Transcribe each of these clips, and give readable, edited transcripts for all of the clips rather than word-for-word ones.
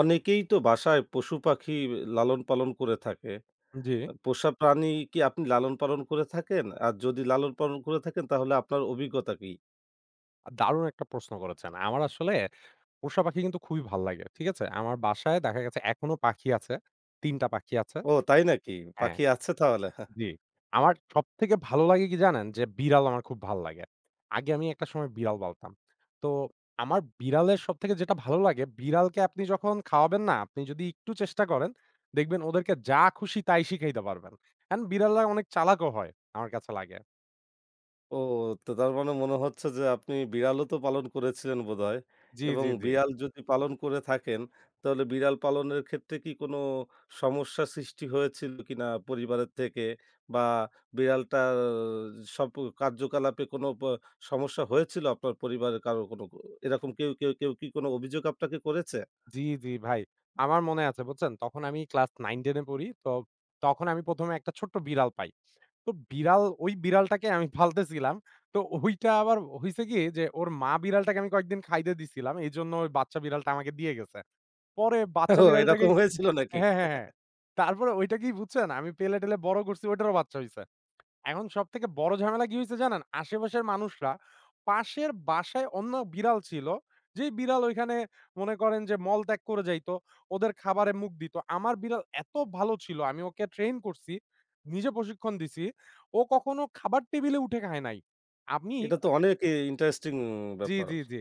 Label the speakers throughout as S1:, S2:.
S1: অনেকেই তো বাসায় পশু পাখি লালন পালন করে থাকে।
S2: জি।
S1: পোষা প্রাণী কি আপনি লালন পালন করে থাকেন? আর যদি লালন পালন করে থাকেন তাহলে আপনার অভিজ্ঞতা কি?
S2: দারুণ একটা প্রশ্ন করেছেন। আমার আসলে পোষা পাখি কিন্তু খুবই ভাল লাগে। ঠিক আছে? আমার বাসায় দেখা গেছে এখনো পাখি আছে। ৩ টা পাখি আছে।
S1: ও তাই নাকি?
S2: হ্যাঁ,
S1: পাখি আছে তাহলে?
S2: জি। আমার সবথেকে ভালো লাগে কি জানেন? যে বিড়াল আমার খুব ভাল লাগে। আগে আমি একটা সময় বিড়াল পালতাম। তো আমার বিড়ালের সবথেকে যেটা ভালো লাগে, বিড়ালকে আপনি যখন খাওয়াবেন না, আপনি যদি একটু চেষ্টা করেন, দেখবেন ওদেরকে যা খুশি তাই শিখাইতে পারবেন। কারণ বিড়ালরা অনেক চালাকও হয়, আমার কাছে লাগে।
S1: ও! তো তার মানে মনে হচ্ছে যে আপনি বিড়ালও তো পালন করেছিলেন বোধহয়
S2: জি,
S1: এবং
S2: জি, জি।
S1: বিড়াল যদি পালন করে থাকেন, তাহলে বিড়াল পালনের ক্ষেত্রে কি কোনো সমস্যা সৃষ্টি হয়েছিল কিনা পরিবারের থেকে? বা বিড়ালটার সব কার্যকলাপে কোনো সমস্যা হয়েছিল আপনার পরিবারের কারো কোনো এরকম কেউ কি কোনো অভিযোগ আপনাকে করেছে?
S2: জি, জি ভাই। আমার মনে আছে বুঝছেন? তখন আমি ক্লাস 9-10 এ পড়ি। তো তখন আমি ১ম এ একটা ছোট্ট বিড়াল পাই। তো ওই বিড়ালটাকে আমি পালতেছিলাম। তো ওইটা আবার হইছে কি যে ওর মা বিড়ালটাকে আমি কয়েকদিন খাইতে দিছিলাম। এইজন্য ওই বাচ্চা বিড়ালটা আমাকে দিয়ে গেছে। পরে বাচ্চা
S1: ও এরকম
S2: বিড়ালটাকেই
S1: হয়েছিল নাকি?
S2: হ্যাঁ, হ্যাঁ, হ্যাঁ। তারপরে ওইটাকেই বুঝছেন আমি পেলে-টেলে বড় করছি ওইটারও বাচ্চা হইছে। এখন সবথেকে বড় ঝামেলা কি হইছে জানেন? আশেপাশের মানুষরা পাশের বাসায় অন্য বিড়াল ছিল। যেই বিড়াল ওইখানে মনে করেন যে মল ত্যাগ করে যাইতো। ওদের খাবারে মুখ দিত। আমার বিড়াল এত ভালো ছিল, আমি ওকে ট্রেন করছি, নিজে প্রশিক্ষণ দিছি। ও কখনো খাবার টেবিলে উঠে খায় নাই। আমি
S1: এটা তো অনেক ইন্টারেস্টিং
S2: জি,
S1: ব্যাপার।
S2: জি, জি।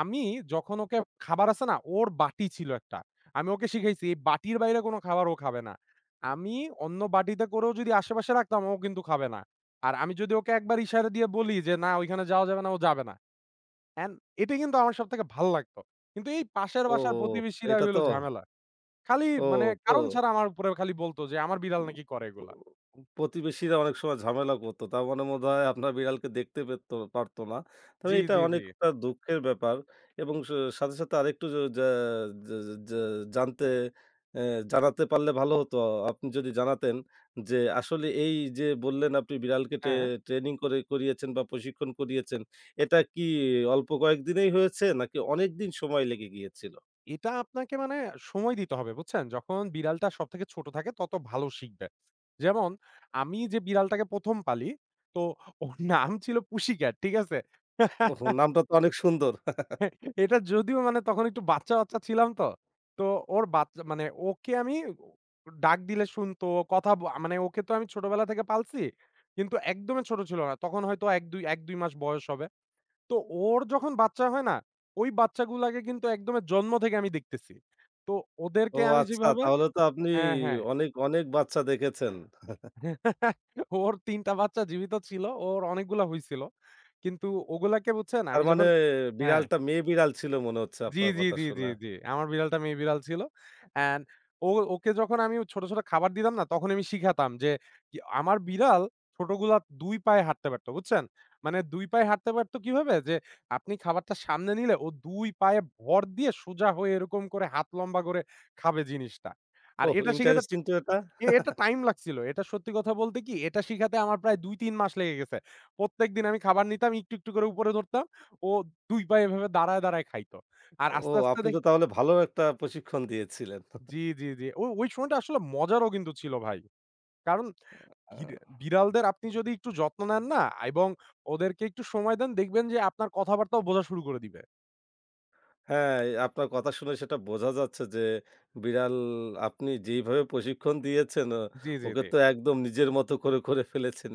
S2: আমি যখন ওকে খাবার আছে না? ওর বাটি ছিল একটা। আমি ওকে শিখাইছি এই বাটির বাইরে কোন খাবার ও খাবে না। আমি অন্য বাটিতে করেও যদি আশেপাশে রাখতাম ও কিন্তু খাবে না। আর আমি যদি ওকে একবার ইশারা দিয়ে বলি যে, "না ওইখানে যাওয়া যাবে না", ও যাবে না। অ্যান্ড এটাই কিন্তু আমার সবথেকে ভাল লাগতো। কিন্তু এই পাশের
S1: ও!
S2: বাসার প্রতিবেশীরাই
S1: এটা
S2: হলো
S1: তো
S2: ঝামেলা। খালি
S1: ও
S2: মানে
S1: প
S2: কারণ ছাড়া আমার উপরে খালি বলত যে, "আমার বিড়াল
S1: উম
S2: নাকি করে
S1: প
S2: এগুলা।"
S1: প্রতিবেশীরা অনেক সময় ঝামেলা করত। তার মানে বোধহয় আপনার বিড়ালকে দেখতে পেত পারত না। তবে
S2: জি,
S1: এটা
S2: জি, জি।
S1: অনেকটা দুঃখের ব্যাপার এবং সাথে, সাথে আরেকটু জ জা জা জা জানতে এ জানাতে পারলে ভালো হতো। আপনি যদি জানাতেন যে আসলে এই যে বললেন আপনি বিড়ালকে
S2: হ্যাঁ।
S1: ট্রেনিং করে করিয়েছেন বা প্রশিক্ষণ করিয়েছেন, এটা কি অল্প কয়েকদিনেই হয়েছে নাকি অনেকদিন সময় লেগে গিয়েছিল?
S2: এটা আপনাকে মানে সময় দিতে হবে বুঝছেন? যখন বিড়ালটা সবথেকে ছোট থাকে তত ভালো শিখবে। যেমন আমি যে বিড়ালটাকে ১ম পালি, তো ওর নাম ছিল পুশিক্যাট, ঠিক আছে?
S1: ওহো! নামটা তো অনেক সুন্দর।
S2: এটা যদিও মানে তখন একটু বাচ্চা, বাচ্চা ছিলাম তো। তো ওর বাচ্চা মানে ওকে আমি ডাক দিলে শুনতো, কথা ব মানে ওকে তো আমি ছোটবেলা থেকে পালছি। কিন্তু একদমই ছোট ছিল না। তখন হয়তো ১ ২ ১ ২ মাস বয়স হবে। তো ওর যখন বাচ্চা হয় না, ওই বাচ্চাগুলাকে কিন্তু একদমে জন্ম থেকে আমি দেখতেছি। তো
S1: ও
S2: ওদেরকে আমি
S1: আচ্ছা,
S2: যেভাবে
S1: তাহলে তো আপনি
S2: হ্যাঁ, হ্যাঁ।
S1: অনেক, অনেক বাচ্চা দেখেছেন।
S2: ওর ৩ টা বাচ্চা জীবিত ছিল। ওর অনেকগুলা হইছিল। কিন্তু ওগুলাকে বুঝছেন
S1: তার
S2: আমি
S1: মানে
S2: যখন হ্যাঁ।
S1: বিড়ালটা মেয়ে বিড়াল ছিল মনে হচ্ছে
S2: জি,
S1: আপনার
S2: জি,
S1: কথা
S2: জি, জি,
S1: শোনা।
S2: জি। আমার বিড়ালটা মেয়ে বিড়াল ছিল। অ্যান্ড ও ওকে যখন আমি ছোট, ছোট খাবার দিতাম না তখন আমি শিখাতাম যে কি আমার বিড়াল ছোটগুলা ২ পায়ে হাঁটতে পারত, বুঝছেন? মানে ২ পায়ে হাঁটতে পারত কিভাবে? যে আপনি খাবারটা সামনে নিলে ও ২ পায়ে ভর দিয়ে সোজা হয়ে এরকম করে হাত লম্বা করে খাবে জিনিসটা। আর
S1: ওহ!
S2: এটা শিখাতে
S1: ইন্টারেস্টিং তো এটা।
S2: এটা টাইম লাগছিল। এটা সত্যি কথা বলতে কি এটা শিখাতে আমার প্রায় ২-৩ মাস লেগে গেছে। প্রত্যেকদিন আমি খাবার নিতাম, একটু, একটু করে উপরে ধরতাম। ও ২ পা এভাবে দাঁড়ায়, দাঁড়ায় খাইতো। আর
S1: ও
S2: আস্তে, আস্তে
S1: আপনি তো
S2: দেখি
S1: তাহলে ভালো একটা প্রশিক্ষণ দিয়েছিলেন।
S2: জি, জি, জি। ওই সময়টা আসলে মজারও কিন্তু ছিল ভাই। কারণ বিড়
S1: আ
S2: বিড়ালদের আপনি যদি একটু যত্ন নেন না এবং ওদেরকে একটু সময় দেন দেখবেন যে আপনার কথাবার্তাও বোঝা শুরু করে দিবে।
S1: হ্যাঁ, আপনার কথা শুনে সেটা বোঝা যাচ্ছে যে বিড়াল আপনি যেইভাবে প্রশিক্ষণ দিয়েছেন ও
S2: জি, জি,
S1: ওকে
S2: জি।
S1: তো একদম নিজের মতো করে, করে ফেলেছেন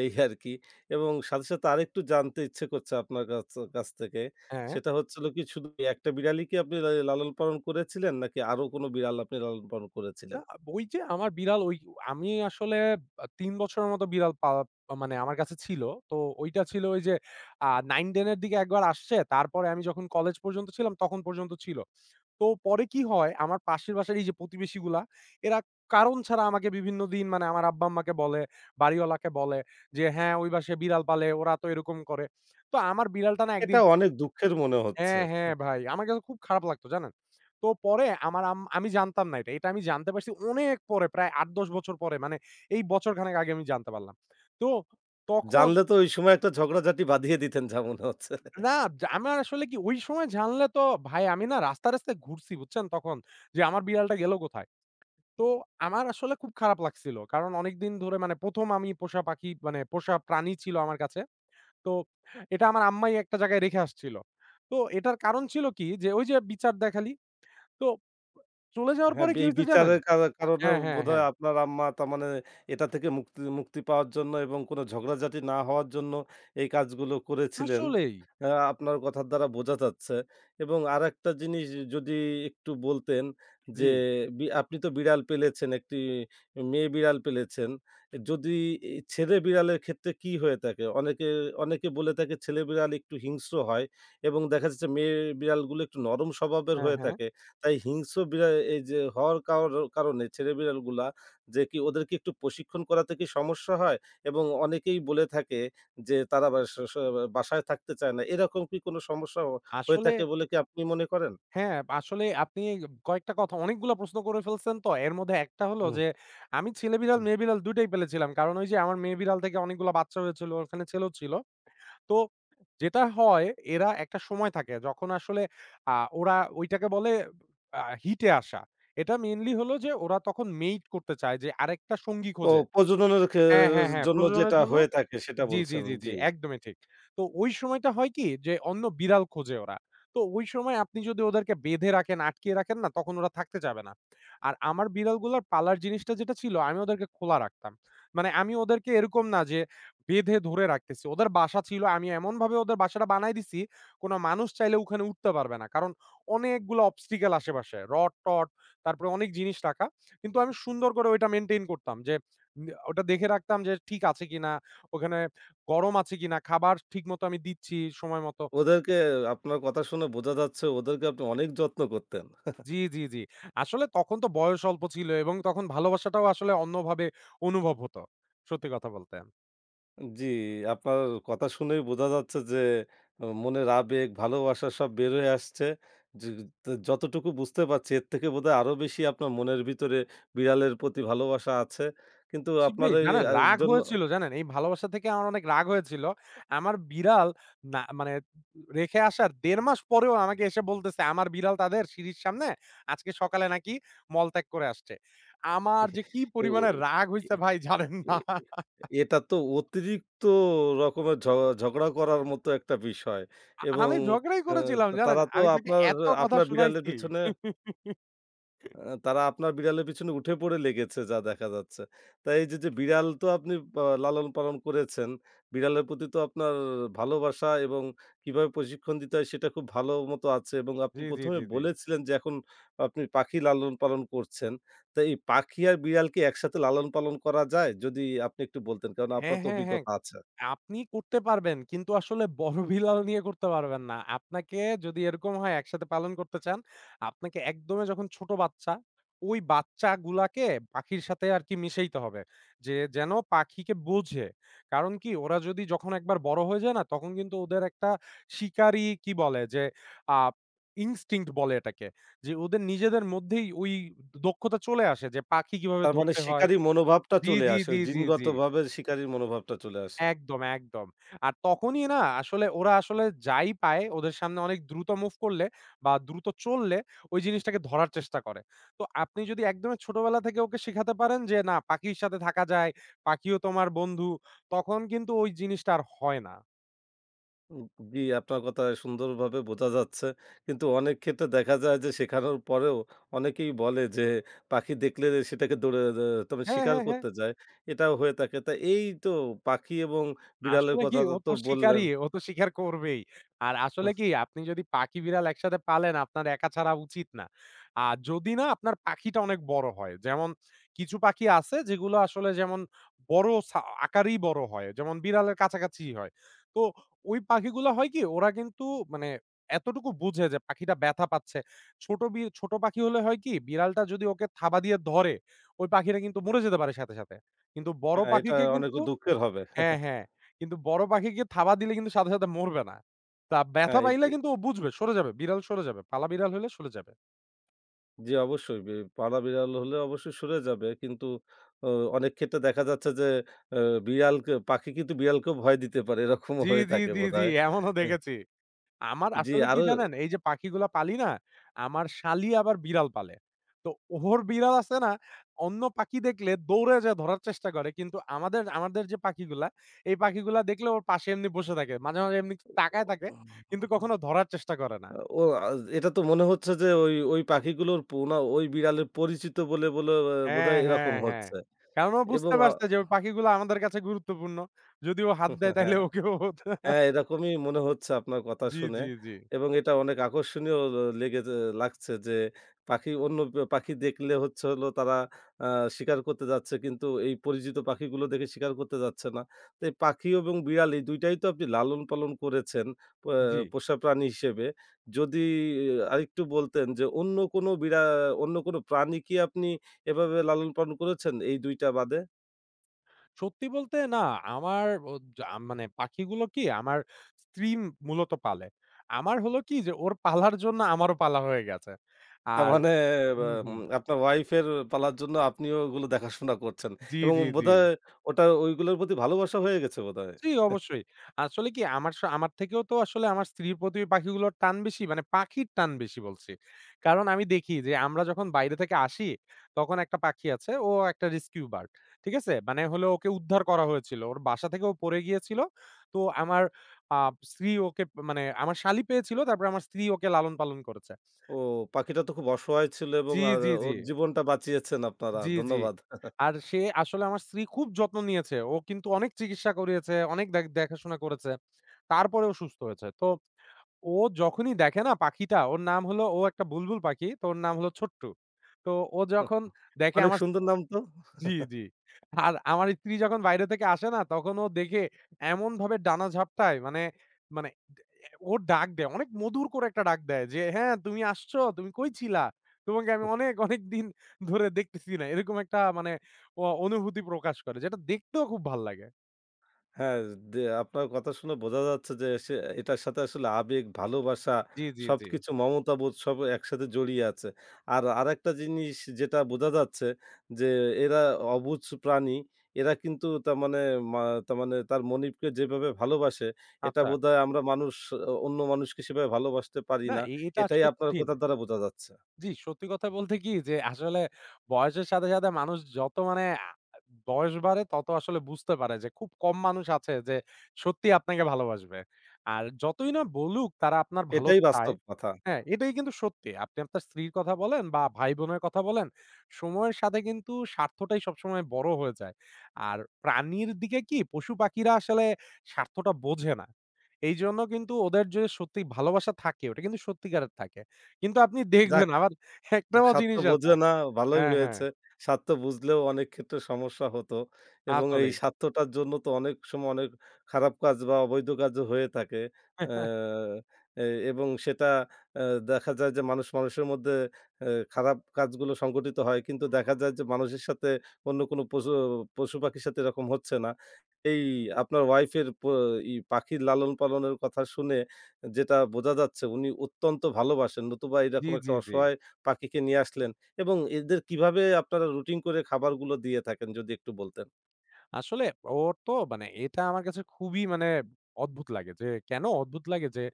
S1: এই আরকি। এবং সাথে, সাথে আরেকটু জানতে ইচ্ছে করছে আপনার কাছ কাছ থেকে।
S2: হ্যাঁ।
S1: সেটা হচ্ছে হলো কি শুধু এই একটা বিড়ালই কি আপনি লালন পালন করেছিলেন নাকি আরো কোনো বিড়াল আপনি লালন পালন
S2: না,
S1: করেছিলেন?
S2: ওই যে আমার বিড়াল ওই আমি আসলে ৩ বছরের মতো বিড়াল পালা মানে আমার কাছে ছিল। তো ওইটা ছিল ওই যে 9-10 এর দিকে একবার আসছে। তারপরে আমি যখন কলেজ পর্যন্ত ছিলাম তখন পর্যন্ত ছিল। তো পরে কি হয় আমার পাশের বাসার এই যে প্রতিবেশীগুলা এরা কারণ ছাড়া আমাকে বিভিন্ন দিন মানে আমার আব্বা-আম্মাকে বলে, বাড়িওয়ালাকে বলে যে, "হ্যাঁ, ওই বাসায় বিড়াল পালে, ওরা তো এরকম করে।" তো আমার বিড়ালটা না
S1: এটা
S2: একদিন
S1: অনেক দুঃখের মনে হচ্ছে।
S2: হ্যাঁ, হ্যাঁ ভাই। আমার কাছে খুব খারাপ লাগতো জানেন? তো পরে আমার আম আমি জানতাম না এটা। এটা আমি জানতে পারছি অনেক পরে প্রায় ৮-১০ বছর পরে মানে এই বছরখানেক আগে আমি জানতে পারলাম। তো তখন
S1: জানলে তো ওই সময় একটা ঝগড়াঝাটি বাঁধিয়ে দিতেন যা মনে হচ্ছে।
S2: না আমার আসলে কি ওই সময় জানলে তো ভাই আমি না রাস্তায়, রাস্তায় ঘুরছি বুঝছেন তখন যে আমার বিড়ালটা গেল কোথায়? তো আমার আসলে খুব খারাপ লাগছিল। কারণ অনেকদিন ধরে মানে ১ম আমি পোষা পাখি মানে পোষা প্রাণী ছিল আমার কাছে। তো এটা আমার আম্মাই একটা জায়গায় রেখে আসছিল। তো এটার কারণ ছিল কি যে ওই যে বিচার দেখালি তো চলে যাওয়ার
S1: হ্যাঁ,
S2: পরে কি
S1: এই
S2: হইছে জানেন?
S1: বিচারের কারণে
S2: হ্যাঁ, হ্যাঁ,
S1: বোধহয়
S2: হ্যাঁ।
S1: আপনার আম্মা তার মানে এটা থেকে মুক্তি মুক্তি পাওয়ার জন্য এবং কোনো ঝগড়াঝাটি না হওয়ার জন্য এই কাজগুলো করেছিলেন।
S2: আসলেই।
S1: আপনার কথার দ্বারা বোঝা যাচ্ছে এবং আরেকটা জিনিস যদি একটু বলতেন যে,
S2: জি।
S1: আপনি তো বিড়াল পেলেছেন, একটি মেয়ে বিড়াল পেলেছেন। যদি ছেলে বিড়ালের ক্ষেত্রে কি হয়ে থাকে? অনেকে অনেকে বলে থাকে ছেলে বিড়াল একটু হিংস্র হয় এবং দেখা যাচ্ছে মেয়ে বিড়ালগুলো একটু নরম স্বভাবের
S2: হ্যাঁ,
S1: হয়ে
S2: হ্যাঁ।
S1: থাকে। তাই হিংস্র বিড়াল এই যে হওয়ার কারণে ছেলে বিড়ালগুলা যে কি ওদেরকে একটু প্রশিক্ষণ করাতে কি সমস্যা হয়? এবং অনেকেই বলে থাকে যে তারা বাসায় থাকতে চায় না। এরকম কি কোনো সমস্যা হয়ে
S2: আসলে
S1: থাকে বলে কি আপনি মনে করেন?
S2: হ্যাঁ, আসলে আপনি কয়েকটা কথা অনেকগুলা প্রশ্ন করে ফেলছেন তো। এর মধ্যে একটা হলো
S1: হুম,
S2: যে আমি ছেলে বিড়াল,
S1: হুম।
S2: মেয়ে বিড়াল ২ টাই পেলেছিলাম। কারণ ওই যে আমার মেয়ে বিড়াল থেকে অনেকগুলা বাচ্চা হয়েছিল। ওখানে ছেলেও ছিল। তো যেটা হয় এরা একটা সময় থাকে যখন আসলে আ ওরা ওইটাকে বলে হিটে আসা। এটা মেইনলি হলো যে ওরা তখন মেইট করতে চায় যে আরেকটা সঙ্গী
S1: ও
S2: খোঁজে।
S1: প্রজননের
S2: হ্যাঁ, হ্যাঁ, হ্যাঁ,
S1: জন্য
S2: প্রজননের
S1: যেটা
S2: জন্য
S1: হয়ে থাকে সেটা
S2: জি, জি,
S1: বলছেন।
S2: জি, জি,
S1: জি।
S2: একদমই ঠিক। তো ওই সময়টা হয় কি যে অন্য বিড়াল খোঁজে ওরা। তো ওই সময় আপনি যদি ওদেরকে বেঁধে রাখেন, আটকিয়ে রাখেন না তখন ওরা থাকতে চাবে না। আর আমার বিড়ালগুলার পালার জিনিসটা যেটা ছিল আমি ওদেরকে খোলা রাখতাম। মানে আমি ওদেরকে এরকম না যে বেঁধে ধরে রাখতেছি। ওদের বাসা ছিল আমি এমনভাবে ওদের বাসাটা বানায় দিছি কোনো মানুষ চাইলে ওখানে উঠতে পারবে না। কারণ অনেকগুলো obstacle আশেপাশে। রড-টড তারপরে অনেক জিনিস রাখা। কিন্তু আমি সুন্দর করে ওইটা মেইনটেইন করতাম যে ওটা দেখে রাখতাম যে ঠিক আছে কিনা, ওখানে গরম আছে কিনা? খাবার ঠিকমতো আমি দিচ্ছি সময় মতো।
S1: ওদেরকে আপনার কথা শুনে বোঝা যাচ্ছে ওদেরকে আপনি অনেক যত্ন করতেন।
S2: জি, জি, জি। আসলে তখন তো বয়স অল্প ছিল এবং তখন ভালোবাসাটাও আসলে অন্যভাবে অনুভব হতো। সত্যি কথা বলতে।
S1: জি, আপনার কথা শুনেই বোঝা যাচ্ছে যে মনের আবেগ, ভালোবাসা সব বের হয়ে আসছে। যে যতটুকু বুঝতে পারছি এর থেকে বোধহয় আরো বেশি আপনার মনের ভিতরে বিড়ালের প্রতি ভালোবাসা আছে। কিন্তু
S2: জি
S1: আপনার
S2: ভাই
S1: এই
S2: জানেন রাগ
S1: জন্য
S2: হয়েছিল জানেন? এই ভালোবাসা থেকে আমার অনেক রাগ হয়েছিল। আমার বিড়াল না মানে রেখে আসার ১.৫ মাস পরেও আমাকে এসে বলতেছে আমার বিড়াল তাদের সিঁড়ির সামনে আজকে সকালে নাকি মলত্যাগ করে আসছে। আমার যে কি
S1: এ ও
S2: পরিমাণে রাগ
S1: এ
S2: হইছে ভাই জানেন
S1: এ
S2: না।
S1: এটা তো অতিরিক্ত রকমের ঝগড়া করার মতো একটা বিষয় এবং
S2: আমি ঝগড়াই
S1: আ
S2: করেছিলাম জানেন?
S1: তারা তো
S2: আমি তাকে
S1: আপনার
S2: এত কথা
S1: আপনার বিড়ালের
S2: শুনাইছি।
S1: পিছনে আ তারা আপনার বিড়ালের পিছনে উঠে পড়ে লেগেছে যা দেখা যাচ্ছে। তা এই যে, যে বিড়াল তো আপনি লালন-পালন করেছেন, বিড়ালের প্রতি তো আপনার ভালোবাসা এবং কিভাবে প্রশিক্ষণ দিতে হয় সেটা খুব ভালো মতো আছে এবং আপনি
S2: জি, জি,
S1: ১ম এ
S2: জি, জি।
S1: বলেছিলেন যে, এখন আপনি পাখি লালন-পালন করছেন। তো এই পাখি আর বিড়াল কি একসাথে লালন-পালন করা যায়? যদি আপনি একটু বলতেন, কারণ
S2: হ্যাঁ,
S1: আপনার তো
S2: হ্যাঁ, হ্যাঁ।
S1: অভিজ্ঞতা আছে।
S2: আপনি করতে পারবেন কিন্তু আসলে বড় বিলাল নিয়ে করতে পারবেন না। আপনাকে যদি এরকম হয় একসাথে পালন করতে চান, আপনাকে একদমে যখন ছোট বাচ্চা, ওই বাচ্চাগুলাকে পাখির সাথে আরকি মিশাইতে হবে। যে যেন পাখিকে বোঝে। কারণ কি ওরা যদি যখন একবার বড় হয়ে যায় না তখন কিন্তু ওদের একটা শিকারি কি বলে যে আ ইনস্টিংক্ট বলে এটাকে। যে ওদের নিজেদের মধ্যেই ওই দক্ষতা চলে আসে যে পাখি কিভাবে
S1: তার মানে
S2: ধরতে হয়।
S1: শিকারী মনোভাবটা
S2: জি,
S1: চলে
S2: জি,
S1: আসে,
S2: জি,
S1: ওই
S2: জি, জি।
S1: জিনগতভাবে শিকারীর মনোভাবটা চলে আসে।
S2: একদম, একদম। আর তখনই না আসলে ওরা আসলে যাই পায় ওদের সামনে অনেক দ্রুত মুভ করলে বা দ্রুত চললে ওই জিনিসটাকে ধরার চেষ্টা করে। তো আপনি যদি একদমই ছোটবেলা থেকে ওকে শিখাতে পারেন যে না পাখির সাথে থাকা যায়, পাখিও তোমার বন্ধু, তখন কিন্তু ওই জিনিসটা আর হয় না।
S1: উম জি, আপনার কথা সুন্দরভাবে বোঝা যাচ্ছে। কিন্তু অনেক ক্ষেত্রে দেখা যায় যে শেখানোর পরেও অনেকেই বলে যে পাখি দেখলে সেটাকে দৌড়ে দে তবে
S2: হ্যাঁ,
S1: শিকার
S2: হ্যাঁ, হ্যাঁ।
S1: করতে যায়। এটাও হয়ে থাকে। তা এই তো পাখি এবং বিড়ালের
S2: আসলে কি
S1: কথা তো
S2: ও
S1: তো
S2: তো
S1: বললেন।
S2: শিকারী, ও তো শিকার করবেই। আর আসলে
S1: হুম,
S2: কি আপনি যদি পাখি বিড়াল একসাথে পালেন আপনার একা ছাড়া উচিত না। আর যদি না আপনার পাখিটা অনেক বড় হয়। যেমন কিছু পাখি আছে যেগুলো আসলে যেমন বড় আকারেই বড় হয়। যেমন বিড়ালের কাছাকাছি হয়। তো ওই পাখিগুলা হয় কি ওরা কিন্তু মানে এতটুকু বুঝে যে পাখিটা ব্যথা পাচ্ছে। ছোট ছোট পাখি হলে হয় কি বিড়ালটা যদি ওকে থাবা দিয়ে ধরে, ওই পাখিটা কিন্তু মরে যেতে পারে সাথে, সাথে। কিন্তু বড়
S1: হ্যাঁ, এটা
S2: পাখিকে
S1: অনেক
S2: কিন্তু
S1: দুঃখের হবে।
S2: হ্যাঁ, হ্যাঁ। কিন্তু বড় পাখিকে থাবা দিলে কিন্তু সাথে, সাথে মরবে না। তা ব্যথা
S1: হ্যাঁ, এ
S2: পাইলে
S1: এ
S2: কিন্তু ও বুঝবে সরে যাবে। বিড়াল সরে যাবে। পালা বিড়াল হলে সরে যাবে।
S1: জি অবশ্যই। পাড়া বিড়াল হলে অবশ্যই সরে যাবে। কিন্তু অ অনেক ক্ষেত্রে দেখা যাচ্ছে যে অ বিড়ালকে পাখি কিন্তু বিড়ালকেও ভয় দিতে পারে। এরকমও
S2: জি,
S1: হয়ে
S2: জি,
S1: থাকে
S2: জি, জি।
S1: বোধহয়।
S2: এমনও
S1: এহ
S2: দেখেছি। আমার
S1: জি
S2: আসলে কি
S1: আরো
S2: জানেন? এই যে পাখিগুলা পালি না, আমার শালি আবার বিড়াল পালে। তো ওর বিড়াল আছে না, অন্য পাখি দেখলে দৌড়ে যেয়ে ধরার চেষ্টা করে। কিন্তু আমাদের আমাদের যে পাখিগুলা, এই পাখিগুলা দেখলে ওর পাশে এমনি বসে থাকে। মাঝে, মাঝে এমনি তাকায় থাকে। কিন্তু কখনো ধরার চেষ্টা করে না।
S1: আ ও আজ এটা তো মনে হচ্ছে যে ওই পাখিগুলোর পোনা ওই বিড়ালের পরিচিত বলে
S2: হ্যাঁ,
S1: বোধহয়
S2: হ্যাঁ,
S1: এরকম
S2: হ্যাঁ।
S1: হচ্ছে
S2: কারণ ও
S1: এবং
S2: বুঝতে পারছে যে ওই পাখিগুলো আমাদের কাছে গুরুত্বপূর্ণ। যদি ও হাত দেয় তাইলে
S1: হ্যাঁ।
S2: ওকেও
S1: হ্যাঁ, এরকমই মনে হচ্ছে আপনার কথা
S2: জি,
S1: শুনে
S2: জি, জি,
S1: এবং এটা অনেক আকর্ষণীয় ল লেগে যে লাগছে যে পাখি অন্য পাখি দেখলে হচ্ছে হলো তারা আ শিকার করতে যাচ্ছে কিন্তু এই পরিচিত পাখিগুলো দেখে শিকার করতে যাচ্ছে না। তো এই পাখি এবং বিড়াল এই ২ টাই তো আপনি লালন-পালন করেছেন পো
S2: জি।
S1: পোষা প্রাণী হিসেবে। যদি আহ, আরেকটু বলতেন যে অন্য কোনো প্রাণী কি আপনি এভাবে লালন-পালন করেছেন এই ২ টা বাদে?
S2: সত্যি বলতে না আমার ও যা মানে পাখিগুলো কি আমার স্ত্রী মূলত পালে। আমার হলো কি যে ওর পালার জন্য আমারও পালা হয়ে গেছে।
S1: তার
S2: আর
S1: মানে বা
S2: হুম, হুম।
S1: উম আপনার ওয়াইফের পালার জন্য আপনিও ওগুলো দেখাশোনা করছেন
S2: জি,
S1: এবং
S2: জি, জি।
S1: ওটা ওইগুলোর প্রতি ভালোবাসা হয়ে গেছে বোধহয়।
S2: জি, অবশ্যই। আসলে কি আমার আমার থেকেও তো আসলে আমার স্ত্রীর প্রতি ওই পাখিগুলোর টান বেশি, মানে পাখির টান বেশি বলছি। কারণ আমি দেখি যে আমরা যখন বাইরে থেকে আসি, তখন একটা পাখি আছে ও একটা রেস্কিউ বার্ড। ঠিক আছে? মানে হলো ওকে উদ্ধার করা হয়েছিল। ওর বাসা থেকে ও পড়ে গিয়েছিল। তো আমার আ স্ত্রী ওকে মানে আমার শালী পেয়েছিল। তারপরে আমার স্ত্রী ওকে লালন পালন করেছে।
S1: ও পাখিটা তো খুব অসহায় ছিল এবং
S2: জি, জি, জি।
S1: ওর জীবনটা বাঁচিয়েছেন আপনারা।
S2: জি, জি।
S1: ধন্যবাদ।
S2: আর সে আসলে আমার স্ত্রী খুব যত্ন নিয়েছে। ও কিন্তু অনেক চিকিৎসা করিয়েছে, অনেক দেখাশোনা করেছে। তারপরেও সুস্থ হয়েছে। তো ও যখনই দেখে না পাখিটা, ওর নাম হলো ও একটা বুলবুল পাখি, তো ওর নাম হলো ছোট্টু। তো ও যখন দেখে
S1: অনেক
S2: আমার
S1: সুন্দর নাম তো।
S2: জি, জি। আর আমার স্ত্রী যখন বাইরে থেকে আসে না, তখন ও দেখে এমনভাবে ডানা ঝাপটায় মানে ওর ডাক দেয়। অনেক মধুর করে একটা ডাক দেয় যে, "হ্যাঁ, তুমি আসছো? তুমি কই ছিলা? তোমাকে আমি অনেক, অনেক দিন ধরে দেখতেছি না।" এরকম একটা মানে অনুভূতি প্রকাশ করে। যেটা দেখতেও খুব ভাল লাগে।
S1: হ্যাঁ, আপনার কথা শুনে বোঝা যাচ্ছে যে সে এটার সাথে আসলে আবেগ, ভালোবাসা
S2: জি, জি, জি।
S1: সবকিছু মমতাবোধ সব একসাথে জড়িয়ে আছে। আর আরেকটা জিনিস যেটা বোঝা যাচ্ছে যে এরা অবুঝ প্রাণী। এরা কিন্তু তার মানে মা তার মনিবকে যেভাবে ভালোবাসে এটা
S2: আচ্ছা।
S1: বোধহয় আমরা মানুষ অন্য মানুষকে সেভাবে ভালোবাসতে পারি
S2: না
S1: না।
S2: এটা
S1: এটাই
S2: আসলে
S1: আপনার
S2: কঠিন।
S1: কথার দ্বারা বোঝা যাচ্ছে।
S2: জি, সত্যি কথা বলতে কি যে আসলে বয়সের সাথে, সাথে মানুষ যত মানে বয়স বাড়ে তত আসলে বুঝতে পারে যে খুব কম মানুষ আছে যে সত্যি আপনাকে ভালোবাসবে। আর যতই না বলুক তারা আপনার ভালো
S1: এটাই
S2: চায়
S1: বাস্তব কথা।
S2: হ্যাঁ, এটাই কিন্তু সত্যি। আপনি আপনার স্ত্রীর কথা বলেন বা ভাই-বোনের কথা বলেন, সময়ের সাথে কিন্তু স্বার্থটাই সবসময় বড় হয়ে যায়। আর প্রাণীর দিকে কি পশু-পাখিরা আসলে স্বার্থটা বোঝে না। এইজন্য কিন্তু ওদের যে সত্যি ভালোবাসা থাকে ওটা কিন্তু সত্যিকারের থাকে। কিন্তু আপনি দেখবেন
S1: যাক
S2: আবার একটাও
S1: স্বার্থ
S2: জিনিস আছে
S1: বোঝে না, ভালোই
S2: হ্যাঁ, হ্যাঁ
S1: হয়েছে। স্বার্থ বুঝলেও অনেক ক্ষেত্রে সমস্যা হতো এবং এই
S2: আসলেই।
S1: স্বার্থটার জন্য তো অনেক সময় অনেক খারাপ কাজ বা অবৈধ কাজও হয়ে থাকে। অ্যা এ এবং সেটা অ্যা দেখা যায় যে মানুষ মানুষের মধ্যে খারাপ কাজগুলো সংঘটিত হয়। কিন্তু দেখা যায় যে মানুষের সাথে অন্য কোনো পশু-পাখির সাথে এরকম হচ্ছে না। এই আপনার ওয়াইফের প ই পাখির লালন-পালনের কথা শুনে যেটা বোঝা যাচ্ছে উনি অত্যন্ত ভালোবাসেন। নতুবা
S2: জি,
S1: এরকম একটা
S2: জি, জি।
S1: অসহায় পাখিকে নিয়ে আসলেন এবং এদের কিভাবে আপনারা রুটিন করে খাবারগুলো দিয়ে থাকেন যদি একটু বলতেন?
S2: আসলে ওর তো মানে এটা আমার কাছে খুবই মানে অদ্ভুত লাগে যে কেন অদ্ভুত লাগে যে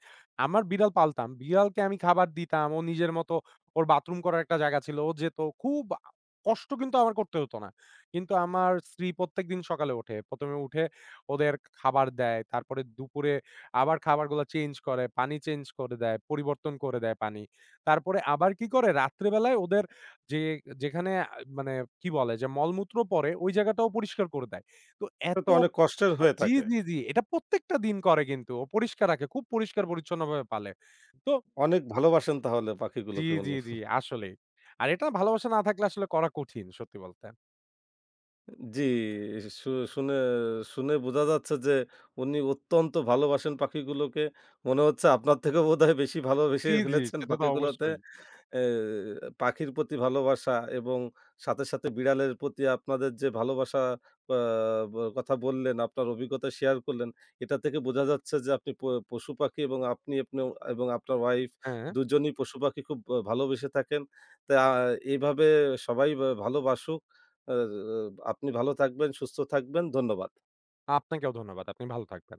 S2: আমার বিড়াল পালতাম। বিড়ালকে আমি খাবার দিতাম। ও নিজের মতো ওর বাথরুম করার একটা জায়গা ছিল। ও যেত। খুব কষ্ট কিন্তু আমার করতে হতো না। কিন্তু আমার স্ত্রী প্রত্যেকদিন সকালে ওঠে। ১ম এ উঠে ওদের খাবার দেয়। তারপরে দুপুরে আবার খাবারগুলা চেঞ্জ করে। পানি চেঞ্জ করে দেয়। পরিবর্তন করে দেয় পানি। তারপরে আবার কি করে রাত্রে বেলায় ওদের যে যেখানে মানে কি বলে যে মলমূত্র পড়ে ওই জায়গাটাও পরিষ্কার করে দেয়। তো
S1: এটা
S2: এত
S1: তো অনেক কষ্টের হয়ে
S2: জি,
S1: থাকে।
S2: জি, জি। এটা প্রত্যেকটা দিন করে কিন্তু। ও পরিষ্কার রাখে। খুব পরিষ্কার-পরিচ্ছন্নভাবে পালে। তো
S1: অনেক ভালোবাসেন তাহলে
S2: জি,
S1: পাখিগুলোকে
S2: জি,
S1: উনি।
S2: জি আসলেই। আর এটা ভালোবাসা না থাকলে আসলে করা কঠিন সত্যি বলতে।
S1: জি, শুনে শুনে বোঝা যাচ্ছে যে উনি অত্যন্ত ভালোবাসেন পাখিগুলোকে। মনে হচ্ছে আপনার থেকেও বোধহয় বেশি ভালোবেসে
S2: জি, জি
S1: ফেলেছেন
S2: সেটা তো
S1: পাখিগুলোতে।
S2: অবশ্যই।
S1: এ পাখির প্রতি ভালোবাসা এবং সাথে, সাথে বিড়ালের প্রতি আপনাদের যে ভালোবাসা আ ব কথা বললেন, আপনার অভিজ্ঞতা শেয়ার করলেন, এটা থেকে বোঝা যাচ্ছে যে আপনি পশু-পাখি এবং আপনি আপনি এবং আপনার ওয়াইফ
S2: হ্যাঁ,
S1: দুজনই পশু-পাখি খুব ভালোবেসে থাকেন। তা এভাবে সবাই ভালোবাসুক। আ আপনি ভালো থাকবেন, সুস্থ থাকবেন। ধন্যবাদ।
S2: আপনাকেও ধন্যবাদ। আপনি ভালো থাকবেন।